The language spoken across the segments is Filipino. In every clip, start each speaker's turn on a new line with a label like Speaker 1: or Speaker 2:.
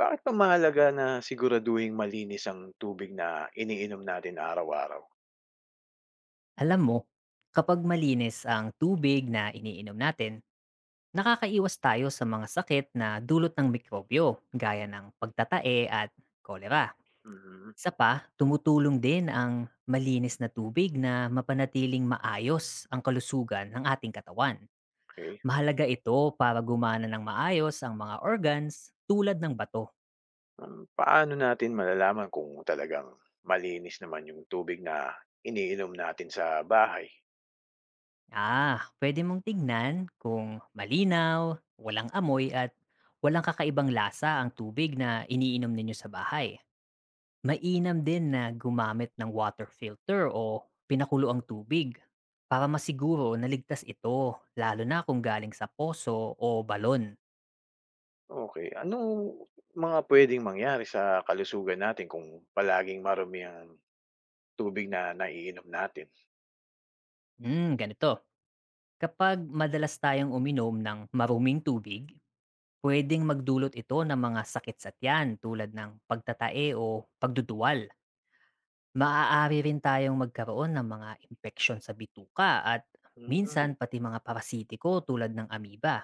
Speaker 1: Bakit ba mahalaga na siguraduhing malinis ang tubig na iniinom natin araw-araw?
Speaker 2: Alam mo, kapag malinis ang tubig na iniinom natin, nakakaiwas tayo sa mga sakit na dulot ng mikrobyo gaya ng pagtatae at kolera.
Speaker 1: Mhm,
Speaker 2: Isa pa, tumutulong din ang malinis na tubig na mapanatiling maayos ang kalusugan ng ating katawan.
Speaker 1: okey.
Speaker 2: Mahalaga ito para gumana ng maayos ang mga organs tulad ng bato.
Speaker 1: Paano natin malalaman kung talagang malinis naman yung tubig na iniinom natin sa bahay?
Speaker 2: Ah, pwede mong tignan kung malinaw, walang amoy at walang kakaibang lasa ang tubig na iniinom ninyo sa bahay. Mainam din na gumamit ng water filter o pinakulo ang tubig para masiguro na ligtas ito, lalo na kung galing sa poso o balon.
Speaker 1: Okay, anong mga puwedeng mangyari sa kalusugan natin kung palaging marumi ang tubig na naiinom natin?
Speaker 2: Ganito: kapag madalas tayong uminom ng maruming tubig, pwedeng magdulot ito ng mga sakit sa tiyan tulad ng pagtatae o pagduduwal. Maaari rin tayong magkaroon ng mga impeksyon sa bituka at minsan
Speaker 1: Hmm,
Speaker 2: pati mga parasitiko tulad ng amoeba.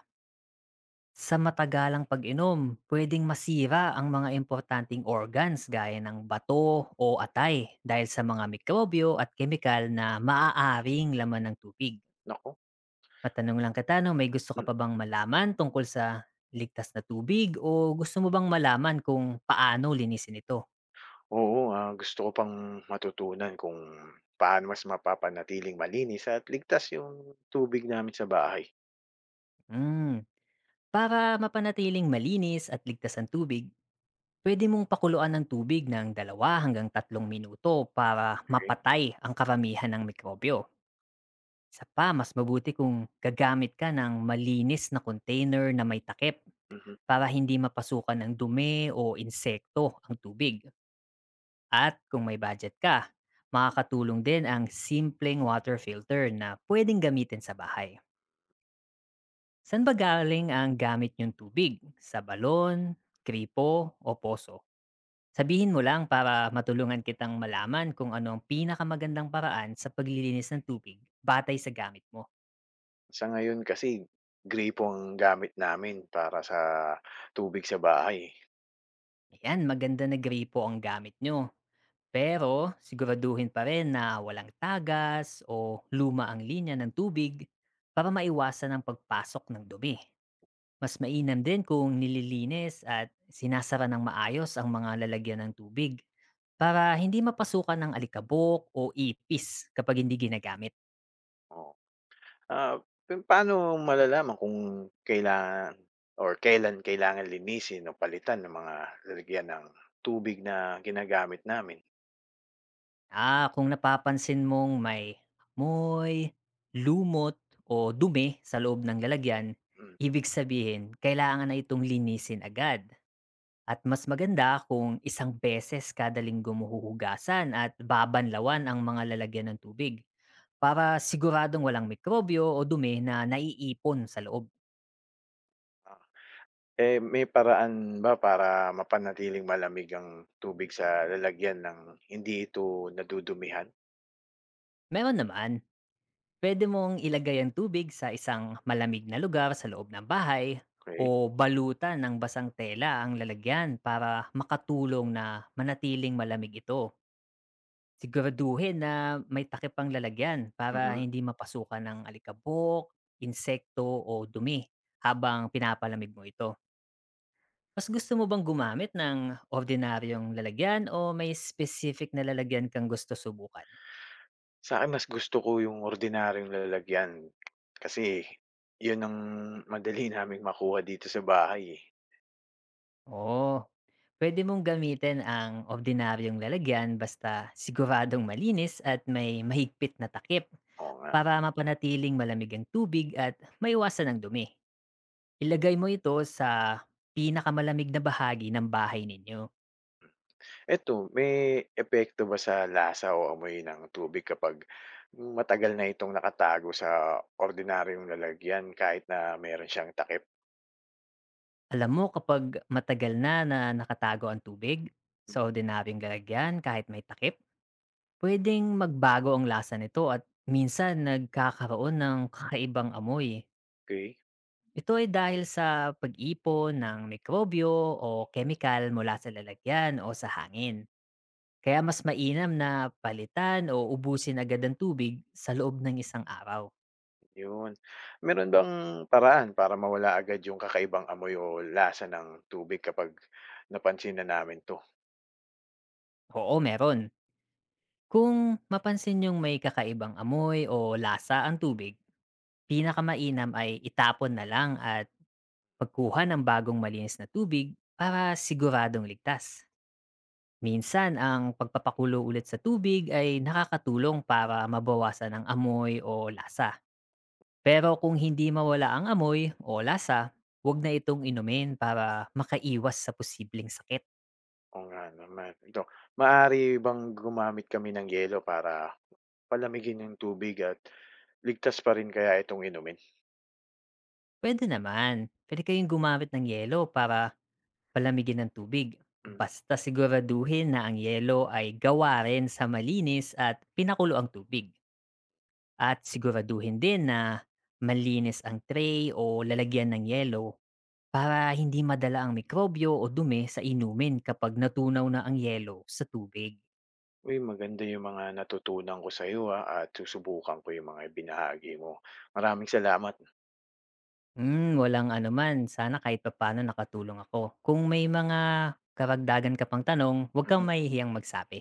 Speaker 2: Sa matagalang pag-inom, pwedeng masira ang mga importanteng organs gaya ng bato o atay dahil sa mga mikrobyo at kemikal na maaaring laman ng tubig.
Speaker 1: naku.
Speaker 2: Matanong lang kita, no, may gusto ka pa bang malaman tungkol sa ligtas na tubig, o gusto mo bang malaman kung paano linisin ito?
Speaker 1: Oo, gusto ko pang matutunan kung paano mas mapapanatiling malinis at ligtas yung tubig namin sa bahay.
Speaker 2: Hmm. Para mapanatiling malinis at ligtas ang tubig, pwede mong pakuluan ng tubig ng dalawa hanggang tatlong minuto para
Speaker 1: Okay.
Speaker 2: mapatay ang karamihan ng mikrobyo. Isa pa, mas mabuti kung gagamit ka ng malinis na container na may takip
Speaker 1: Mhm.
Speaker 2: para hindi mapasukan ng dumi o insekto ang tubig. At kung may budget ka, makakatulong din ang simpleng water filter na pwedeng gamitin sa bahay. Saan ba galing ang gamit yung tubig? Sa balon, kripo o poso? Sabihin mo lang para matulungan kitang malaman kung ano ang pinakamagandang paraan sa paglilinis ng tubig batay sa gamit mo.
Speaker 1: Sa ngayon kasi gripo ang gamit namin para sa tubig sa bahay, eh,
Speaker 2: Ayan, maganda na gripo ang gamit nyo. Pero siguraduhin pa rin na walang tagas o luma ang linya ng tubig para maiwasan ang pagpasok ng dumi. Mas mainam din kung nililinis at sinasara ng maayos ang mga lalagyan ng tubig para hindi mapasukan ng alikabok o ipis kapag hindi ginagamit.
Speaker 1: oo. Ah, paano malalaman kung kailangan or kailan kailangan linisin o palitan ng mga lalagyan ng tubig na ginagamit namin?
Speaker 2: Ah, kung napapansin mong may moy, lumot o dumi sa loob ng lalagyan,
Speaker 1: Hmm.
Speaker 2: ibig sabihin kailangan na itong linisin agad. At mas maganda kung isang beses kada linggo mo huhugasan at babanlawan ang mga lalagyan ng tubig para siguradong walang mikrobyo o dumi na naiipon sa loob.
Speaker 1: Eh, may paraan ba para mapanatiling malamig ang tubig sa lalagyan ng hindi ito nadudumihan?
Speaker 2: Meron naman. Pwede mong ilagay ang tubig sa isang malamig na lugar sa loob ng bahay,
Speaker 1: Okey.
Speaker 2: o balutan ng basang tela ang lalagyan para makatulong na manatiling malamig ito. Siguraduhin na may takip ang lalagyan para
Speaker 1: Mhm.
Speaker 2: hindi mapasukan ng alikabok, insekto o dumi habang pinapalamig mo ito. Mas gusto mo bang gumamit ng ordinaryong lalagyan, o may specific na lalagyan kang gusto subukan?
Speaker 1: Sa'kin mas gusto ko yung ordinaryong lalagyan kasi yun ang madali naming makuha dito sa bahay, eh.
Speaker 2: Oo, puwede mong gamitin ang ordinaryong lalagyan, basta siguradong malinis at may mahigpit na takip
Speaker 1: Oo nga.
Speaker 2: para mapanatiling malamig ang tubig at maiwasan ang dumi. Ilagay mo ito sa pinakamalamig na bahagi ng bahay ninyo.
Speaker 1: Eto, may epekto ba sa lasa o amoy ng tubig kapag matagal na itong nakatago sa ordinaryong lalagyan kahit na meron siyang takip?
Speaker 2: Alam mo, kapag matagal na na nakatago ang tubig sa ordinaryong lalagyan kahit may takip, pwedeng magbago ang lasa nito at minsan nagkakaroon ng kakaibang amoy.
Speaker 1: Okey.
Speaker 2: Ito ay dahil sa pag-ipon ng mikrobyo o chemical mula sa lalagyan o sa hangin. Kaya mas mainam na palitan o ubusin agad ang tubig sa loob ng isang araw.
Speaker 1: Yun. Meron bang paraan para mawala agad yung kakaibang amoy o lasa ng tubig kapag napansin na namin 'to?
Speaker 2: Oo, meron. Kung mapansin yung may kakaibang amoy o lasa ang tubig, pinakamainam ay itapon na lang at pagkuha ng bagong malinis na tubig para siguradong ligtas. Minsan, ang pagpapakulo ulit sa tubig ay nakakatulong para mabawasan ang amoy o lasa. Pero kung hindi mawala ang amoy o lasa, huwag na itong inumin para makaiwas sa posibleng sakit.
Speaker 1: Oo nga naman. Ito, maaari bang gumamit kami ng yelo para palamigin yung tubig at ligtas pa rin kaya itong inumin?
Speaker 2: Pwede naman. Pwede kayong gumamit ng yelo para palamigin ng tubig.
Speaker 1: Hmm.
Speaker 2: Basta siguraduhin na ang yelo ay gawa rin sa malinis at pinakulo ang tubig. At siguraduhin din na malinis ang tray o lalagyan ng yelo para hindi madala ang mikrobyo o dumi sa inumin kapag natunaw na ang yelo sa tubig.
Speaker 1: Uy, maganda yung mga natutunan ko sa iyo at susubukan ko yung mga ibinahagi mo. Maraming salamat.
Speaker 2: Hmm, walang anuman. Sana kahit papaano nakatulong ako. Kung may mga karagdagan ka pang tanong, huwag kang
Speaker 1: Mm.
Speaker 2: mahihiyang magsabi.